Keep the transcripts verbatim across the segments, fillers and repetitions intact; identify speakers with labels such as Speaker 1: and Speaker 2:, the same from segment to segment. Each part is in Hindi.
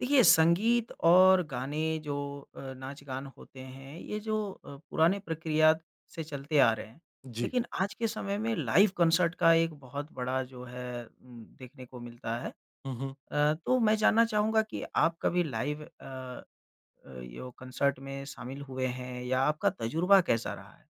Speaker 1: देखिए, संगीत और गाने जो अ, नाच गान होते हैं, ये जो अ, पुराने प्रक्रिया से चलते आ रहे हैं।
Speaker 2: जी।
Speaker 1: लेकिन आज के समय में लाइव कंसर्ट का एक बहुत बड़ा जो है उम, देखने को मिलता है।
Speaker 2: हुँ, हुँ।
Speaker 1: अ, तो मैं जानना चाहूँगा कि आप कभी लाइव अ अ, यो कंसर्ट में शामिल हुए हैं या आपका तजुर्बा कैसा रहा है?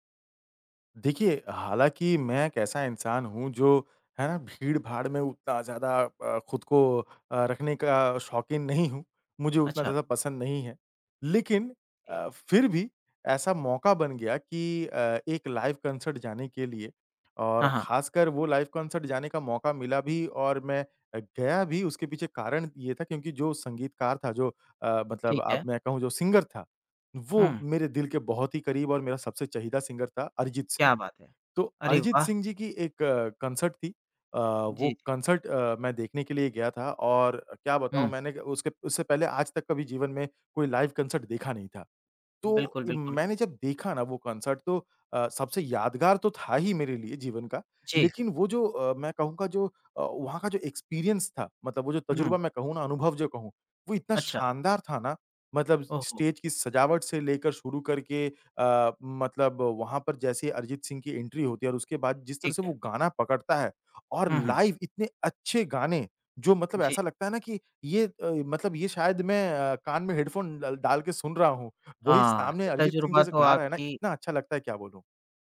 Speaker 2: देखिए, हालाँकि मैं एक ऐसा इंसान हूँ जो है ना भीड़-भाड़ में उतना ज़्यादा अ, खुद को अ, रखने का शौकीन नहीं हूँ, मुझे उतना
Speaker 1: अच्छा,
Speaker 2: ज़्यादा पसंद नहीं है। लेकिन
Speaker 1: ओके।
Speaker 2: अ, फिर भी ऐसा मौका बन गया कि अ, एक लाइव कॉन्सर्ट जाने के लिए
Speaker 1: हाँ,
Speaker 2: और
Speaker 1: हाँ,
Speaker 2: ख़ासकर वो लाइव कॉन्सर्ट जाने का मौका मिला भी और मैं अ, गया भी। उसके पीछे कारण ये था क्योंकि जो संगीतकार था, जो अ, मतलब
Speaker 1: ठीक
Speaker 2: अब
Speaker 1: है।
Speaker 2: मैं कहूँ जो सिंगर था,
Speaker 1: हुँ,
Speaker 2: वो मेरे दिल के बहुत ही करीब और मेरा सबसे चहीदा सिंगर था अरिजीत सिंह।
Speaker 1: क्या बात है!
Speaker 2: तो
Speaker 1: अरे
Speaker 2: अरिजीत
Speaker 1: वाह!
Speaker 2: सिंह जी की एक कंसर्ट थी। अ, वो
Speaker 1: जी, जी।
Speaker 2: कंसर्ट अ, मैं देखने के लिए गया था। और क्या बताऊँ,
Speaker 1: हुँ,
Speaker 2: मैंने उसके उससे पहले आज तक कभी जीवन में कोई लाइव कंसर्ट देखा नहीं था। तो
Speaker 1: बिल्कुल,
Speaker 2: इ
Speaker 1: बिल्कुल।
Speaker 2: मैंने जब देखा ना वो कॉन्सर्ट, तो अ, सबसे यादगार तो था ही मेरे लिए जीवन का,
Speaker 1: जी,
Speaker 2: लेकिन वो जो अ, मैं कहूँगा जो अ, वहाँ का जो एक्सपीरियंस था, मतलब वो जो
Speaker 1: हुँ,
Speaker 2: तजुर्बा मैं कहूँ ना, अनुभव जो कहूँ, वो इतना
Speaker 1: अच्छा,
Speaker 2: शानदार था ना। मतलब
Speaker 1: ओह हो!
Speaker 2: स्टेज की सजावट से लेकर शुरू करके अ, मतलब वहाँ पर जैसे ही अरिजीत सिंह की एंट्री होती है और उसके बाद जिस तरह
Speaker 1: ठीक
Speaker 2: से वो
Speaker 1: है।
Speaker 2: गाना पकड़ता है और
Speaker 1: हुँ, हुँ।
Speaker 2: लाइव इतने अच्छे गाने, जो मतलब
Speaker 1: जी,
Speaker 2: ऐसा लगता है ना कि ये अ, मतलब ये शायद मैं अ, कान में हेडफ़ोन डल डाल के सुन रहा हूँ। वही
Speaker 1: हाँ,
Speaker 2: सामने
Speaker 1: ये
Speaker 2: अरिजीत सिंह
Speaker 1: तजुर्बा
Speaker 2: जैसे
Speaker 1: तो
Speaker 2: गा रहा है ना,
Speaker 1: आपकी
Speaker 2: इतना अच्छा लगता है क्या बोलूँ।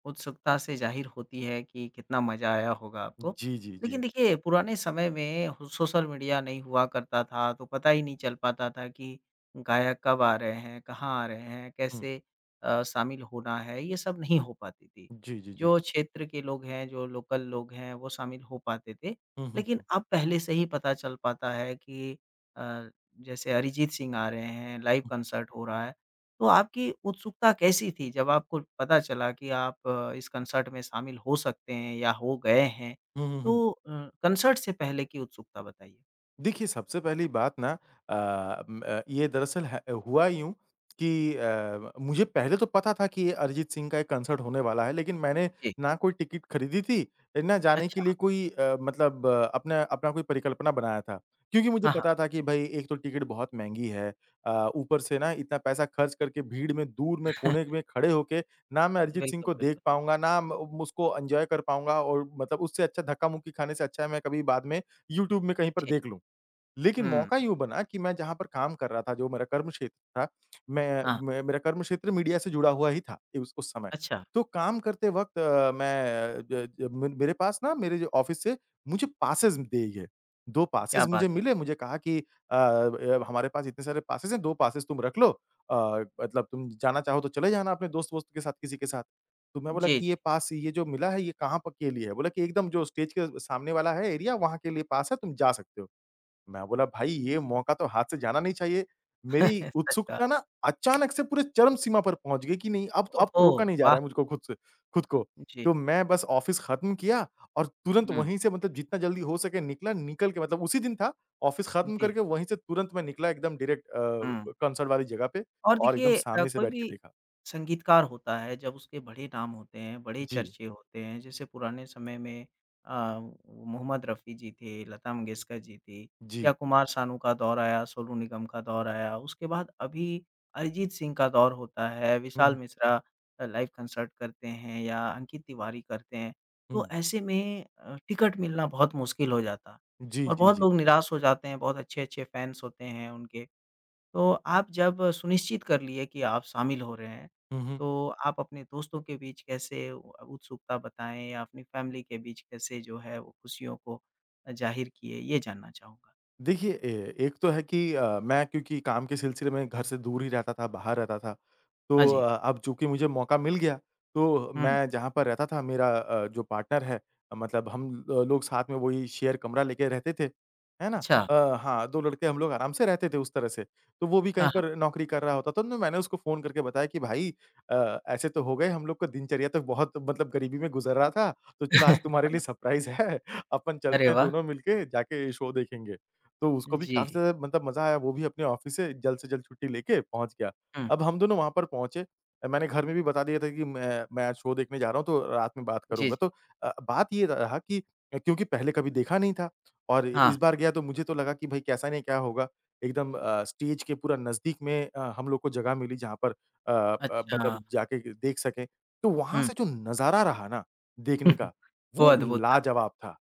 Speaker 1: उत्सुकता से ज़ाहिर होती है कि कितना मज़ा आया होगा आपको।
Speaker 2: जी, जी, जी।
Speaker 1: लेकिन देखिए, पुराने समय में हो सोशल मीडिया नहीं हुआ करता था, तो पता ही नहीं चल पाता था कि गायक कब आ रहे हैं, कहाँ आ रहे हैं,
Speaker 2: हुँ।
Speaker 1: कैसे अ, शामिल होना है, ये सब नहीं हो पाती थी।
Speaker 2: जी, जी, जी।
Speaker 1: जो क्षेत्र के लोग हैं, जो लोकल लोग हैं, वो शामिल हो पाते थे।
Speaker 2: हुँ, हुँ,
Speaker 1: लेकिन
Speaker 2: हुँ,
Speaker 1: अब पहले से ही पता चल पाता है कि अ, जैसे अरिजीत सिंह आ रहे हैं, लाइव
Speaker 2: हुँ।
Speaker 1: कंसर्ट हो रहा है। तो आपकी उत्सुकता कैसी थी जब आपको पता चला कि आप अ, इस कंसर्ट में शामिल हो सकते हैं या हो गए हैं?
Speaker 2: हुँ, हुँ, हुँ।
Speaker 1: तो अ, कंसर्ट से पहले की उत्सुकता बताइए?
Speaker 2: देखिए, सबसे पहली बात ना, अ, म अ, ये दरअसल है, हुआ यूँ कि अ, मुझे पहले तो पता था कि ये अरिजीत सिंह का एक कंसर्ट होने वाला है, लेकिन मैंने
Speaker 1: जी,
Speaker 2: ना कोई टिकट खरीदी थी, ना जाने के
Speaker 1: अच्छा।
Speaker 2: लिए कोई अ, मतलब अ, अपना अपना कोई परिकल्पना बनाया था। क्योंकि मुझे
Speaker 1: हाँ, हाँ।
Speaker 2: पता था कि भई एक तो टिकट बहुत महँगी है, अ, ऊपर से ना इतना पैसा खर्च करके भीड़ में, दूर में, कोने में खड़े होके ना मैं अरिजीत सिंह
Speaker 1: बिल्कुल,
Speaker 2: को देख
Speaker 1: बिल्कुल।
Speaker 2: पाऊँगा, ना म उसको एन्जॉय कर पाऊँगा। और मतलब उससे अच्छा, धक्का-मुक्की खाने से अच्छा है मैं कभी बाद में यूट्यूब में कहीं पर
Speaker 1: जी।
Speaker 2: देख लूँ। लेकिन
Speaker 1: हुँ,
Speaker 2: मौका यूँ बना कि मैं जहाँ पर काम कर रहा था, जो मेरा कर्म क्षेत्र था, मैं
Speaker 1: हाँ,
Speaker 2: मैं मेरा कर्म क्षेत्र मीडिया से जुड़ा हुआ ही था उस उस समय।
Speaker 1: अच्छा,
Speaker 2: तो काम करते वक़्त अ, मैं ज ज मे मेरे पास ना, मेरे जो ऑफ़िस से मुझे पासेज़ दिए गए। दो
Speaker 1: क्या
Speaker 2: पासेज़
Speaker 1: बात
Speaker 2: मुझे
Speaker 1: है।
Speaker 2: मिले, मुझे कहा कि अ, ब हमारे पास इतने सारे पासेज़ हैं, दो पासेज़ तुम रख लो, अ, मतलब तुम जाना चाहो तो चले जाना अपने दोस्त-वोस्त के साथ, किसी के साथ। तो मैं बोला
Speaker 1: जी,
Speaker 2: कि ये
Speaker 1: जी।
Speaker 2: पास, ये जो मिला है, ये कहाँ प के लिए है? बोला कि एकदम जो स्टेज के सामने वाला है एरिया, वहाँ के लिए पास है, तुम जा सकते हो। मैं बोला, "भाई ये मौका तो हाथ से जाना नहीं चाहिए।" मेरी
Speaker 1: सच कहा।
Speaker 2: उत्सुकता ना अचानक से पूरे चरम सीमा पर पहुँच गई कि नहीं, अब तो
Speaker 1: ओह
Speaker 2: अब तो
Speaker 1: हो!
Speaker 2: रोका नहीं जा रहा
Speaker 1: वाह!
Speaker 2: है मुझको खुद से खुद को।
Speaker 1: जी।
Speaker 2: तो मैं बस ऑफ़िस ख़त्म किया और तुरंत
Speaker 1: हुँ,
Speaker 2: वहीं से, मतलब जितना जल्दी हो सके निकला। निकल के, मतलब उसी दिन था, ऑफ़िस ख़त्म
Speaker 1: जी,
Speaker 2: करके वहीं से तुरंत मैं निकला एकदम डायरेक्ट
Speaker 1: हुँ।
Speaker 2: अ, कंसर्ट वाली जगह पे
Speaker 1: और
Speaker 2: और एकदम
Speaker 1: देखिए अ,
Speaker 2: सामने से
Speaker 1: कोई
Speaker 2: बैठ के
Speaker 1: भी
Speaker 2: देखा।
Speaker 1: संगीतकार होता है, जब उसके बड़े नाम होते हैं, बड़े
Speaker 2: जी,
Speaker 1: चर्चे होते हैं, जैसे पुराने समय में अ, वो मोहम्मद रफ़ी जी थे, लता मंगेशकर जी थी
Speaker 2: जी।
Speaker 1: या कुमार सानू का दौर आया, सोनू निगम का दौर आया, उसके बाद अभी अरिजीत सिंह का दौर होता है,
Speaker 2: हुँ,
Speaker 1: विशाल
Speaker 2: हुँ,
Speaker 1: मिश्रा अ, लाइव कंसर्ट करते हैं या अंकित तिवारी करते हैं।
Speaker 2: हुँ।
Speaker 1: तो ऐसे में अ, टिकट मिलना बहुत मुश्किल हो जाता
Speaker 2: जी,
Speaker 1: और
Speaker 2: जी,
Speaker 1: बहुत
Speaker 2: जी।
Speaker 1: लोग निराश हो जाते हैं, बहुत अच्छे-अच्छे फैन्स होते हैं उनके। तो आप जब सुनिश्चित कर लिए कि आप शामिल हो रहे हैं,
Speaker 2: हुँ, हुँ।
Speaker 1: तो आप अपने दोस्तों के बीच कैसे उ उत्सुकता बताएँ या अपनी फैमिली के बीच कैसे जो है वो खुशियों को अ, जाहिर किए? ये जानना चाहूँगा।
Speaker 2: देखिए, ए एक तो है कि अ, मैं क्योंकि काम के सिलसिले में घर से दूर ही रहता था, बाहर रहता था। तो
Speaker 1: हाँ जी।
Speaker 2: अ, अब चूँकि मुझे मौका मिल गया, तो
Speaker 1: हुँ,
Speaker 2: मैं जहाँ पर रहता था, मेरा अ, जो पार्टनर है, अ, मतलब हम ल लोग साथ में वही शेयर कमरा लेके रहते थे, है ना?
Speaker 1: अच्छा।
Speaker 2: अ, हाँ, दो लड़के हम लोग आराम से रहते थे उस तरह से। तो वो भी कहीं
Speaker 1: हाँ,
Speaker 2: पर
Speaker 1: हाँ।
Speaker 2: नौकरी कर रहा होता था, तो मैंने उसको फ़ोन करके बताया कि भाई अ, ऐसे तो हो गए हम लोग का दिनचर्या तो बहुत, मतलब गरीबी में गुज़र रहा था, तो चलो आज
Speaker 1: हाँ,
Speaker 2: तुम्हारे लिए सरप्राइज़ है, अपन
Speaker 1: अरे
Speaker 2: चलते हैं
Speaker 1: वाह!
Speaker 2: दोनों मिलके जाके शो देखेंगे। तो उसको भी
Speaker 1: जी।
Speaker 2: काफ़ी ज़्यादा, मतलब मज़ा आया, वो भी अपने ऑफ़िस से जल्द से जल्द छुट्टी लेके पहुँच गया।
Speaker 1: हुँ,
Speaker 2: अब हम दोनों वहाँ पर पहुँचे, मैंने घर में भी बता दिया था कि मैं मैं आज शो देखने जा रहा हूँ, तो रात में बात
Speaker 1: जी,
Speaker 2: करूँगा। तो
Speaker 1: जी।
Speaker 2: अ, बात ये रहा कि क्योंकि पहले कभी देखा नहीं था और इस
Speaker 1: हाँ,
Speaker 2: बार गया, तो मुझे तो लगा कि भाई कैसा नहीं क्या होगा। एकदम अ, स्टेज के पूरा नज़दीक में अ, हम लोग को जगह मिली जहाँ पर अ अ,
Speaker 1: अच्छा।
Speaker 2: मतलब जाके देख सकें। तो वहाँ
Speaker 1: हुँ।
Speaker 2: से जो नज़ारा रहा ना देखने का,
Speaker 1: वो
Speaker 2: वो
Speaker 1: अद्भुत था।
Speaker 2: लाजवाब था।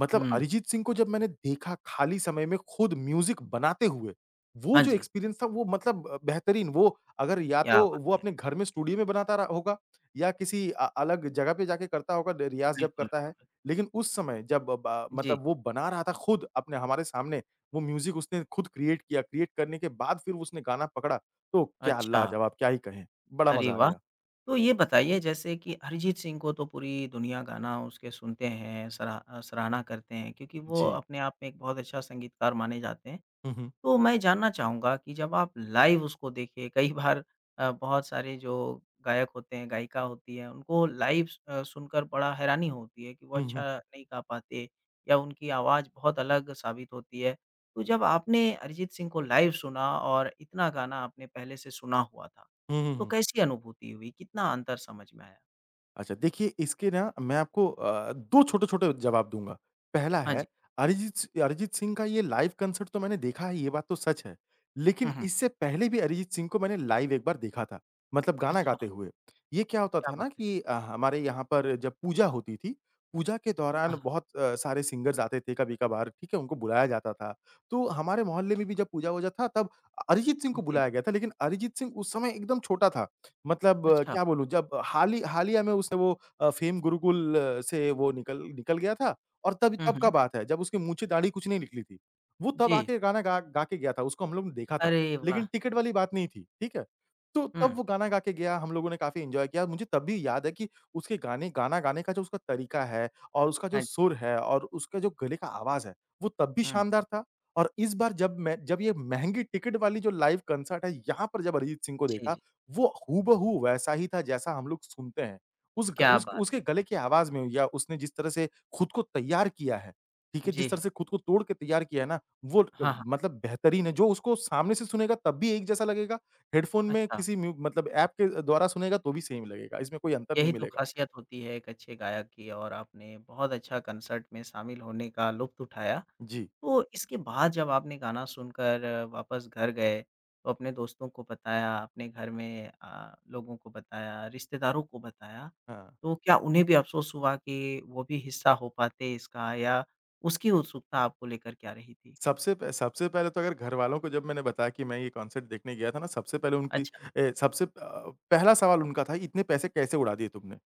Speaker 2: मतलब
Speaker 1: हुँ,
Speaker 2: अरिजीत सिंह को जब मैंने देखा खाली समय में खुद म्यूज़िक बनाते हुए, वो
Speaker 1: हाँ
Speaker 2: जो
Speaker 1: जी।
Speaker 2: एक्सपीरियंस था वो, मतलब अ, बेहतरीन। वो अगर या
Speaker 1: क्या
Speaker 2: तो
Speaker 1: बात
Speaker 2: वो
Speaker 1: है!
Speaker 2: अपने घर में स्टूडियो में बनाता रहा होगा या किसी अ, अलग जगह पे जाके करता होगा, ड रियाज़ जब
Speaker 1: बिल्कुल,
Speaker 2: करता है।
Speaker 1: बिल्कुल।
Speaker 2: लेकिन उस समय जब अ, ब
Speaker 1: जी,
Speaker 2: मतलब वो बना रहा था खुद अपने हमारे सामने, वो म्यूज़िक उसने खुद क्रिएट किया, क्रिएट करने के बाद फिर उसने गाना पकड़ा, तो क्या
Speaker 1: अच्छा।
Speaker 2: लाजवाब! क्या ही कहें? बड़ा
Speaker 1: अरे
Speaker 2: मज़ा आ
Speaker 1: वाह!
Speaker 2: गया।
Speaker 1: तो ये बताइए जैसे कि अरिजीत सिंह को तो पूरी दुनिया गाना उसके सुनते हैं, सराह अ, सराहना करते हैं क्योंकि वो
Speaker 2: जी।
Speaker 1: अपने आप में एक बहुत अच्छा संगीतकार माने जाते हैं।
Speaker 2: हुँ, हुँ।
Speaker 1: तो मैं जानना चाहूँगा कि जब आप लाइव उसको देखे, कई बार अ, बहुत सारे जो गायक होते हैं, गायिका होती हैं, उनको लाइव स- अ, सुनकर बड़ा हैरानी होती है कि वो
Speaker 2: हुँ,
Speaker 1: अच्छा
Speaker 2: हुँ।
Speaker 1: नहीं गा पाते या उनकी आवाज़ बहुत अलग साबित होती है। तो जब आपने अरिजीत सिंह को लाइव सुना और इतना गाना आपने पहले से सुना हुआ था,
Speaker 2: हुँ, हुँ,
Speaker 1: तो
Speaker 2: हुँ।
Speaker 1: कैसी अनुभूति हुई? कितना अंतर समझ में आया?
Speaker 2: अच्छा, देखिए इसके ना मैं आपको अ, दो छोटे-छोटे जवाब दूँगा। पहला
Speaker 1: हाँ
Speaker 2: है,
Speaker 1: जी।
Speaker 2: अरिजीत सि अरिजीत सिंह का ये लाइव कंसर्ट तो मैंने देखा है, ये बात तो सच है। लेकिन
Speaker 1: हुँ, हुँ।
Speaker 2: इससे पहले भी अरिजीत सिंह को मैंने लाइव एक बार देखा था, मतलब गाना
Speaker 1: अच्छा,
Speaker 2: गाते हुए। ये क्या होता
Speaker 1: क्या
Speaker 2: था ना
Speaker 1: बात है!
Speaker 2: कि अ, हमारे यहाँ पर जब पूजा होती थी, पूजा के दौरान
Speaker 1: हाँ, हाँ।
Speaker 2: बहुत अ, सारे सिंगर्स आते थे कभी-कभार, ठीक है? उनको बुलाया जाता था। तो हमारे मोहल्ले में भी जब पूजा-वूजा था, तब अरिजीत सिंह को
Speaker 1: जी,
Speaker 2: बुलाया गया था, लेकिन अरिजीत सिंह उस समय एकदम छोटा था। मतलब अ,
Speaker 1: अच्छा।
Speaker 2: क्या बोलूँ, जब हाल ही हालिया में उसने वो अ, फेम गुरुकुल से वो निकल निकल गया था और तब
Speaker 1: हुँ,
Speaker 2: तब का
Speaker 1: हुँ।
Speaker 2: बात है, जब उसकी मूंछें दाढ़ी कुछ नहीं निकली थी। वो तब
Speaker 1: जी।
Speaker 2: आके गाना गा गा के गया था, उसको हम लोग ने देखा था।
Speaker 1: अरे
Speaker 2: लेकिन
Speaker 1: वाह!
Speaker 2: टिकट वाली बात नहीं थी, ठीक है? तो
Speaker 1: हुँ,
Speaker 2: तब वो गाना गा के गया, हम लोगों ने काफ़ी एन्जॉय किया। मुझे तब भी याद है कि उसके गाने गाना गाने का जो उसका तरीका है और उसका जो
Speaker 1: हाँ जी।
Speaker 2: सुर है और उसका जो गले का आवाज़ है, वो तब भी
Speaker 1: हुँ,
Speaker 2: शानदार था। और इस बार जब मैं जब ये महँगी टिकट वाली जो लाइव कंसर्ट है, यहाँ पर जब अरिजीत सिंह को
Speaker 1: जी,
Speaker 2: देखा,
Speaker 1: जी।
Speaker 2: वो हूबहू वैसा ही था जैसा हम लोग सुनते हैं। उस ग
Speaker 1: क्या
Speaker 2: उस
Speaker 1: बात!
Speaker 2: उसके गले की आवाज़ में या उसने जिस तरह से खुद को तैयार किया है, ठीक है?
Speaker 1: जी।
Speaker 2: जिस तरह से खुद को तोड़ के तैयार किया है ना, वो
Speaker 1: हाँ, हाँ।
Speaker 2: मतलब बेहतरीन है। जो उसको सामने से सुनेगा तब भी एक जैसा लगेगा, हेडफ़ोन में
Speaker 1: अच्छा,
Speaker 2: किसी म्यू मतलब ऐप के द्वारा सुनेगा तो भी सेम लगेगा। इसमें कोई अंतर नहीं
Speaker 1: यही तो
Speaker 2: मिलेगा।
Speaker 1: ख़ासियत होती है एक अच्छे गायक की और आपने बहुत अच्छा कंसर्ट में शामिल होने का लुत्फ़ उठाया।
Speaker 2: जी,
Speaker 1: तो इसके बाद जब आपने गाना सुनकर वापस घर गए, तो अपने दोस्तों को बताया, अपने घर में अ, लोगों को बताया, रिश्तेदारों को बताया,
Speaker 2: हाँ।
Speaker 1: तो क्या उन्हें भी अफ़सोस हुआ कि वो भी हिस्सा हो पाते इसका या उसकी उत्सुकता आपको लेकर क्या रही थी?
Speaker 2: सबसे प सबसे पहले तो अगर घरवालों को जब मैंने बताया कि मैं ये कॉन्सर्ट देखने गया था ना, सबसे पहले उनकी
Speaker 1: अच्छा।
Speaker 2: ए, सबसे प- अ, पहला सवाल उनका था, "इतने पैसे कैसे उड़ा दिए तुमने?"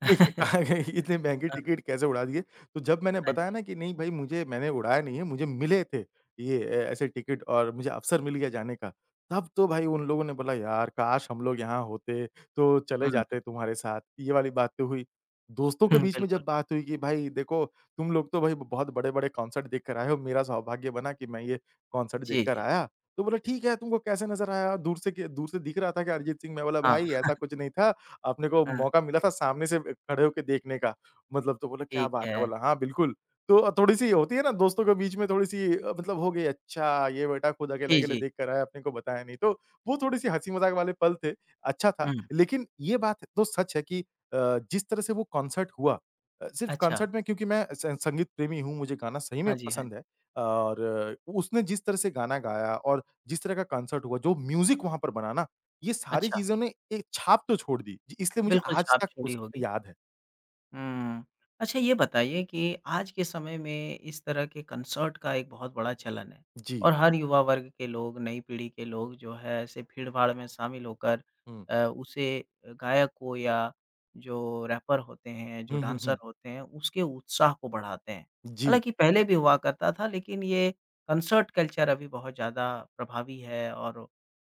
Speaker 2: इतनी महँगी
Speaker 1: हाँ,
Speaker 2: टिकट कैसे उड़ा दिए? तो जब मैंने
Speaker 1: हाँ
Speaker 2: बताया
Speaker 1: जी।
Speaker 2: ना कि नहीं भाई मुझे मैंने उड़ाया नहीं है, मुझे मिले थे ये ए, ऐसे टिकट और मुझे अवसर मिल गया जाने का। तब तो भाई उन लोगों ने बोला, "यार काश हम लोग यहाँ होते, तो चले
Speaker 1: हुँ,
Speaker 2: जाते तुम्हारे साथ।" ये वाली बात तो हुई। दोस्तों के
Speaker 1: हुँ,
Speaker 2: बीच में
Speaker 1: बिल्कुल।
Speaker 2: जब बात हुई कि भाई देखो तुम लोग तो भाई बहुत बड़े-बड़े कॉन्सर्ट देख कर आए हो, मेरा सौभाग्य बना कि मैं ये कॉन्सर्ट देख
Speaker 1: जी,
Speaker 2: कर
Speaker 1: जी।
Speaker 2: आया। तो बोला ठीक है, तुमको कैसे नज़र आया? दूर से के दूर से दिख रहा था क्या अरिजीत सिंह? मैं बोला
Speaker 1: हाँ।
Speaker 2: भाई ऐसा कुछ नहीं था, अपने को
Speaker 1: हाँ,
Speaker 2: मौका मिला था सामने से ब खड़े होके देखने का। मतलब तो बोला क्या
Speaker 1: ठीक
Speaker 2: बात है?
Speaker 1: है।
Speaker 2: बोला हाँ, बिल्कुल। तो थोड़ी-सी होती है ना दोस्तों के बीच में थोड़ी-सी अ, मतलब हो गई अच्छा ये बेटा खुद
Speaker 1: जी,
Speaker 2: अकेले-अकेले
Speaker 1: जी।
Speaker 2: देख कर आया, अपने को बताया नहीं। तो वो थोड़ी-सी हँसी-मज़ाक वाले पल थे, अच्छा था।
Speaker 1: हुँ,
Speaker 2: लेकिन ये बात तो सच है कि अ, जिस तरह से वो कॉन्सर्ट हुआ अ, सिर्फ़
Speaker 1: अच्छा।
Speaker 2: कॉन्सर्ट में क्योंकि मैं स संगीत प्रेमी हूँ, मुझे गाना सही में
Speaker 1: हाँ जी, हाँ
Speaker 2: पसंद
Speaker 1: जी।
Speaker 2: है और अ, उसने जिस तरह से गाना गाया और जिस तरह का कॉन्सर्ट हुआ, जो म्यूज़िक वहाँ पर बना ना, ये सारी
Speaker 1: अच्छा,
Speaker 2: चीज़ों ने एक छाप तो छोड़ दी। जी, इसलिए मुझे
Speaker 1: बिल्कुल
Speaker 2: आज
Speaker 1: छाप
Speaker 2: तक
Speaker 1: छोड़ी
Speaker 2: उस
Speaker 1: होगी।
Speaker 2: याद है।
Speaker 1: हुँ। अच्छा ये बताइए कि आज के समय में इस तरह के कंसर्ट का एक बहुत बड़ा चलन है
Speaker 2: जी।
Speaker 1: और हर युवा वर्ग के लोग, नई पीढ़ी के लोग जो है ऐसे भीड़-भाड़ में शामिल होकर
Speaker 2: हुँ।
Speaker 1: अ, उसे गायक को या जो रैपर होते हैं, जो
Speaker 2: हुँ, हुँ,
Speaker 1: डांसर
Speaker 2: हुँ।
Speaker 1: होते हैं, उसके उत्साह को बढ़ाते हैं।
Speaker 2: जी,
Speaker 1: हालाँकि पहले भी हुआ करता था लेकिन ये कंसर्ट कल्चर अभी बहुत ज़्यादा प्रभावी है और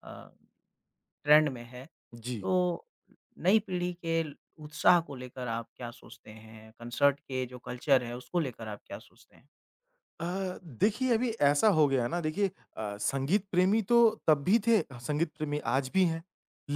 Speaker 1: अ ट्रेंड में है।
Speaker 2: जी।
Speaker 1: तो नई पीढ़ी के उत्साह को लेकर आप क्या सोचते हैं? कंसर्ट के जो कल्चर है उसको लेकर आप क्या सोचते हैं?
Speaker 2: अ, देखिए अभी ऐसा हो गया है ना देखिए अ, संगीत प्रेमी तो तब भी थे, संगीत प्रेमी आज भी हैं।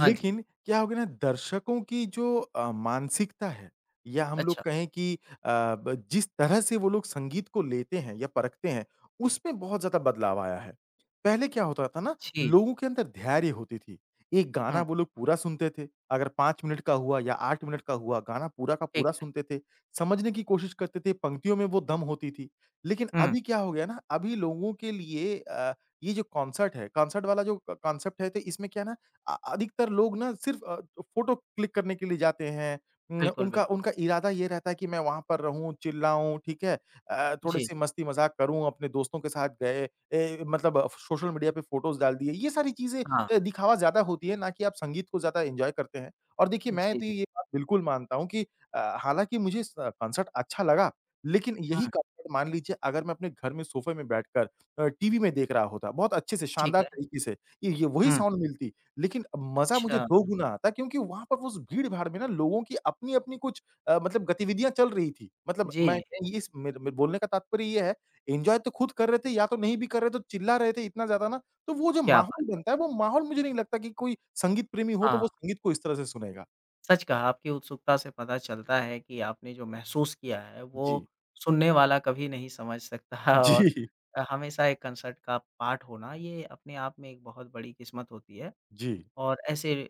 Speaker 1: हाँ जी,
Speaker 2: क्या हो गया ना दर्शकों की जो अ, मानसिकता है या हम लोग
Speaker 1: अच्छा।
Speaker 2: कहें कि अ, ब जिस तरह से वो लोग संगीत को लेते हैं या परखते हैं, उसमें बहुत ज़्यादा बदलाव आया है। पहले क्या होता था ना
Speaker 1: जी,
Speaker 2: लोगों के अंदर धैर्य होती थी। एक गाना
Speaker 1: हुँ,
Speaker 2: वो लोग पूरा सुनते थे, अगर पाँच मिनट का हुआ या आठ मिनट का हुआ गाना पूरा का पूरा
Speaker 1: ठीक है।
Speaker 2: सुनते थे, समझने की कोशिश करते थे, पंक्तियों में वो दम होती थी। लेकिन
Speaker 1: हुँ,
Speaker 2: अभी क्या हो गया ना, अभी लोगों के लिए अ, ये जो कॉन्सर्ट है, कॉन्सर्ट वाला जो क कॉन्सेप्ट है तो इसमें क्या है ना अ, अधिकतर लोग ना सिर्फ़ अ, फ़ोटो क्लिक करने के लिए जाते हैं। उम,
Speaker 1: बिल्कुल,
Speaker 2: उनका
Speaker 1: बिल्कुल।
Speaker 2: उनका इरादा ये रहता है कि मैं वहाँ पर रहूँ, चिल्लाऊँ, ठीक है? अ,
Speaker 1: जी,
Speaker 2: थोड़ी-सी मस्ती-मज़ाक करूँ, अपने दोस्तों के साथ गए ए, मतलब अ, सोशल मीडिया पे फ़ोटोज़ डाल दिए। ये सारी चीज़ें
Speaker 1: हाँ।
Speaker 2: अ, दिखावा ज़्यादा होती है, ना कि आप संगीत को ज़्यादा एन्जॉय करते हैं। और देखिए मैं
Speaker 1: जी,
Speaker 2: तो
Speaker 1: जी।
Speaker 2: ये बात बिल्कुल मानता हूँ कि अ, हालाँकि मुझे स कॉन्सर्ट अच्छा लगा। लेकिन यही
Speaker 1: हुँ,
Speaker 2: कंफर्ट मान लीजिए अगर मैं अपने घर में सोफ़े में बैठकर अ, टीवी में देख रहा होता, बहुत अच्छे से
Speaker 1: ठीक
Speaker 2: शानदार
Speaker 1: है।
Speaker 2: तरीके से, ये ये वही
Speaker 1: हुँ,
Speaker 2: साउंड मिलती, लेकिन मज़ा मुझे
Speaker 1: अच्छा।
Speaker 2: दोगुना आता क्योंकि वहाँ पर उस भीड़-भाड़ में ना लोगों की अपनी-अपनी कुछ अ, मतलब गतिविधियाँ चल रही थी। मतलब
Speaker 1: जी,
Speaker 2: मैं
Speaker 1: जी,
Speaker 2: ये इस मेर मेरे बोलने का तात्पर्य ये है, एन्जॉय तो खुद कर रहे थे या तो नहीं भी कर रहे तो चिल्ला रहे थे इतना ज़्यादा ना, तो वो जो
Speaker 1: क्या बात!
Speaker 2: माहौल बनता है, वो माहौल मुझे नहीं लगता कि कोई संगीत प्रेमी हो तो
Speaker 1: हाँ,
Speaker 2: वो संगीत को इस तरह से सुनेगा।
Speaker 1: सच कहा, आपकी उत्सुकता से पता चलता है कि आपने जो महसूस किया है
Speaker 2: जी।
Speaker 1: वो
Speaker 2: जी।
Speaker 1: सुनने वाला कभी नहीं समझ सकता। और अ, हमेशा एक कंसर्ट का पार्ट होना ये अपने आप में एक बहुत बड़ी किस्मत होती है।
Speaker 2: जी।
Speaker 1: और ऐसे अ,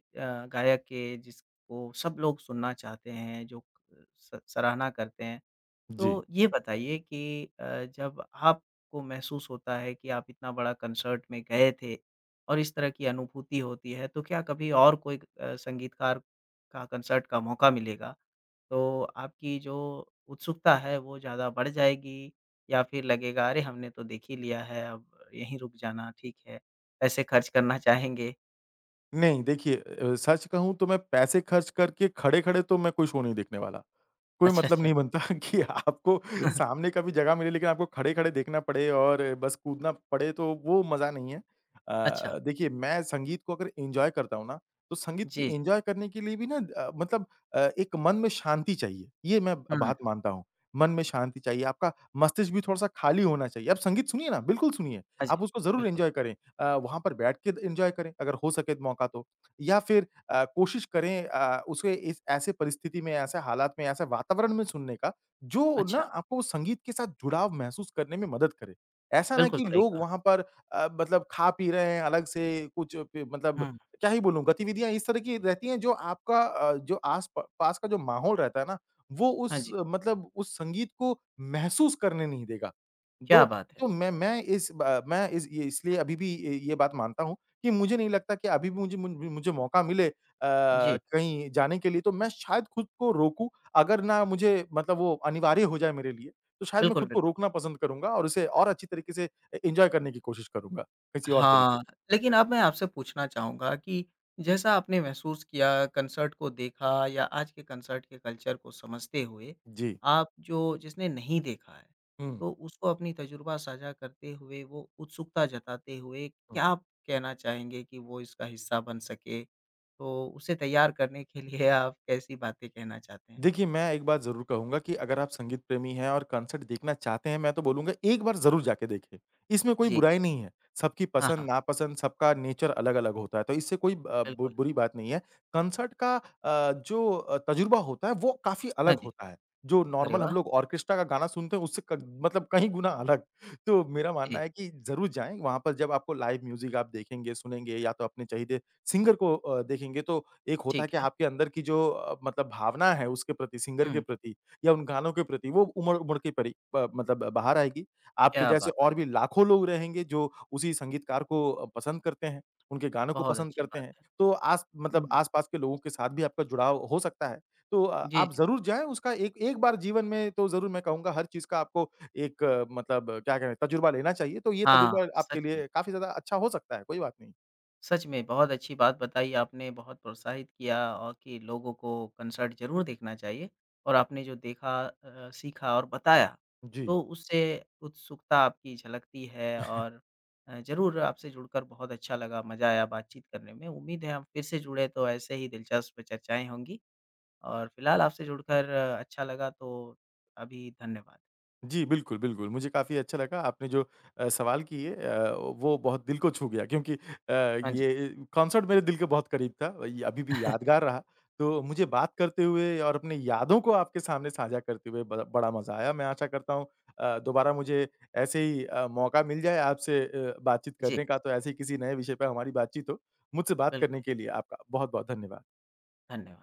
Speaker 1: गायक के जिसको सब लोग सुनना चाहते हैं, जो स सराहना करते हैं।
Speaker 2: जी।
Speaker 1: तो ये बताइए कि अ, जब आपको महसूस होता है कि आप इतना बड़ा कंसर्ट में गए थे और इस तरह की अनुभूति होती है, तो क्या कभी और कोई अ, संगीतकार का कंसर्ट का मौका मिलेगा, तो आपकी जो उत्सुकता है वो ज़्यादा बढ़ जाएगी? या फिर लगेगा अरे! हमने तो देख ही लिया है, अब यहीं रुक जाना ठीक है, पैसे खर्च करना चाहेंगे?
Speaker 2: नहीं देखिए अ, सच कहूँ तो मैं पैसे खर्च करके खड़े-खड़े तो मैं कोई शो नहीं देखने वाला। कोई
Speaker 1: अच्छा,
Speaker 2: मतलब
Speaker 1: अच्छा।
Speaker 2: नहीं बनता कि आपको सामने का भी जगह मिले लेकिन आपको खड़े-खड़े देखना पड़े और बस कूदना पड़े तो वो मज़ा नहीं है।
Speaker 1: अच्छा,
Speaker 2: अ, देखिए मैं संगीत को अगर एन्जॉय करता हूँ ना, तो संगीत को
Speaker 1: जी, जी।
Speaker 2: एन्जॉय करने के लिए भी ना अ, मतलब अ, एक मन में शांति चाहिए, ये मैं ब-
Speaker 1: हुँ,
Speaker 2: बात मानता हूँ। मन में शांति चाहिए, आपका मस्तिष्क भी थोड़ा-सा खाली होना चाहिए। आप संगीत सुनिए ना, बिल्कुल सुनिए,
Speaker 1: हाँ जी,
Speaker 2: आप उसको ज़रूर
Speaker 1: बिल्कुल।
Speaker 2: एन्जॉय करें। अ, वहाँ पर बैठ के एन्जॉय करें अगर हो सके मौका तो या फिर अ, कोशिश करें अ, उसे इस ऐसे परिस्थिति में, ऐसे हालात में, ऐसे वातावरण में सुनने का, जो ना
Speaker 1: अच्छा,
Speaker 2: आपको उस संगीत के साथ जुड़ाव महसूस करने में मदद करे। ऐसा ना
Speaker 1: बिल्कुल
Speaker 2: कि
Speaker 1: सही
Speaker 2: लोग
Speaker 1: कहा।
Speaker 2: वहाँ पर अ, मतलब खा-पी रहे हैं अलग से कुछ प मतलब
Speaker 1: हुँ,
Speaker 2: क्या ही बोलूँ, गतिविधियाँ इस तरह की रहती हैं जो आपका अ, जो आस प पास का जो माहौल रहता है ना, वो
Speaker 1: हाँ
Speaker 2: उस
Speaker 1: जी,
Speaker 2: अ, मतलब उस संगीत को महसूस करने नहीं देगा। तो
Speaker 1: क्या बात है।
Speaker 2: तो मैं मैं इस ब मैं इस ये इसलिए अभी भी ये ये बात मानता हूँ कि मुझे नहीं लगता कि अभी भी मुझे मुझ मुझे मौका मिले अ,
Speaker 1: जी,
Speaker 2: कहीं जाने के लिए तो मैं शायद खुद को रोकूँ, अगर ना मुझे मतलब वो अनिवार्य हो जाए मेरे लिए, तो शायद मैं
Speaker 1: बिल्कुल,
Speaker 2: खुद को
Speaker 1: बिल्कुल।
Speaker 2: रोकना पसंद करूँगा और उसे और अच्छी तरीके से ए एन्जॉय करने की कोशिश करूँगा, किसी और तरीके से।
Speaker 1: हाँ, लेकिन अब मैं आपसे पूछना चाहूँगा कि जैसा आपने महसूस किया, कंसर्ट को देखा या आज के कंसर्ट के कल्चर को समझते हुए,
Speaker 2: जी।
Speaker 1: आप जो जिसने नहीं देखा है,
Speaker 2: हुँ।
Speaker 1: तो उसको अपनी तजुर्बा साझा करते हुए, वो उत्सुकता जताते हुए, क्या आप कहना चाहेंगे कि वो इसका हिस्सा बन सके? तो उसे तैयार करने के लिए आप कैसी बातें कहना चाहते हैं?
Speaker 2: देखिए, मैं एक बात ज़रूर कहूँगा कि अगर आप संगीत प्रेमी हैं और कॉन्सर्ट देखना चाहते हैं, मैं तो बोलूँगा एक बार ज़रूर जाके देखें। इसमें कोई
Speaker 1: जी।
Speaker 2: बुराई नहीं है। सबकी
Speaker 1: हाँ, हाँ,
Speaker 2: पसंद-नापसंद, सबका नेचर अलग-अलग होता है, तो इससे कोई अ, बु
Speaker 1: बिल्कुल।
Speaker 2: बुरी बात नहीं है। कॉन्सर्ट का अ, जो अ, तजुर्बा होता है, वो काफ़ी
Speaker 1: हाँ
Speaker 2: अलग
Speaker 1: जी।
Speaker 2: होता है। जो
Speaker 1: अरे
Speaker 2: नॉर्मल हम
Speaker 1: वाह!
Speaker 2: लोग ऑर्केस्ट्रा का गाना सुनते हैं, उससे क मतलब कहीं गुना अलग। तो मेरा मानना
Speaker 1: जी,
Speaker 2: है कि ज़रूर जाएँ, वहाँ पर जब आपको लाइव म्यूज़िक आप देखेंगे, सुनेंगे या तो अपने चाहिए सिंगर को अ, देखेंगे तो एक होता है
Speaker 1: ठीक
Speaker 2: कि
Speaker 1: है।
Speaker 2: आपके अंदर की जो अ, मतलब भावना है उसके प्रति, सिंगर के
Speaker 1: हुँ,
Speaker 2: प्रति या उन गानों के प्रति, वो उमड़-उमड़ के परी प मतलब बाहर आएगी। आपके
Speaker 1: क्या
Speaker 2: जैसे
Speaker 1: बात है!
Speaker 2: और भी लाखों लोग रहेंगे जो उसी संगीतकार को अ, पसंद करते हैं, उनके गानों को
Speaker 1: बहुत
Speaker 2: पसंद
Speaker 1: अच्छी
Speaker 2: करते
Speaker 1: बात
Speaker 2: हैं।
Speaker 1: है।
Speaker 2: तो आस मतलब
Speaker 1: हुँ,
Speaker 2: आस-पास के लोगों के साथ भी आपका जुड़ाव हो सकता है। तो अ,
Speaker 1: जी,
Speaker 2: आप
Speaker 1: जी।
Speaker 2: ज़रूर जाएँ उसका एक एक बार जीवन में तो ज़रूर मैं कहूँगा हर चीज़ का आपको एक अ, मतलब क्या कहें, तजुर्बा लेना चाहिए। तो ये
Speaker 1: हाँ,
Speaker 2: तजुर्बा आपके
Speaker 1: सच में।
Speaker 2: लिए काफ़ी ज़्यादा अच्छा हो सकता है, कोई बात नहीं।
Speaker 1: सच में बहुत अच्छी बात बताई आपने, बहुत प्रोत्साहित किया और कि लोगों को कंसर्ट ज़रूर देखना चाहिए और आपने जो देखा, अ, सीखा और बताया,
Speaker 2: जी।
Speaker 1: तो उससे उत्सुकता आपकी झलकती है और अ, ज़रूर आपसे जुड़कर बहुत अच्छा लगा, मज़ा आया बातचीत करने में। उम्मीद है हम फिर से जुड़े तो ऐसे ही दिलचस्प चर्चाएँ होंगी। और फ़िलहाल आपसे जुड़कर अच्छा लगा, तो अभी धन्यवाद।
Speaker 2: जी, बिल्कुल, बिल्कुल। मुझे काफ़ी अच्छा लगा आपने जो अ, सवाल किए अ, वो बहुत दिल को छू गया क्योंकि अ,
Speaker 1: हाँ जी।
Speaker 2: ये कॉन्सर्ट मेरे दिल के बहुत करीब था। ये अभी भी यादगार रहा। तो मुझे बात करते हुए और अपनी यादों को आपके सामने साझा करते हुए बड़ा बड़ा मज़ा आया। मैं आशा करता हूँ अ, दोबारा मुझे ऐसे ही अ, मौका मिल जाए आपसे अ, बातचीत
Speaker 1: जी।
Speaker 2: करने का तो ऐसे ही किसी नए विषय पे हमारी बातचीत हो। मुझसे बात करने
Speaker 1: बिल्कुल।
Speaker 2: के लिए आपका बहुत-बहुत धन्यवाद।
Speaker 1: धन्यवाद।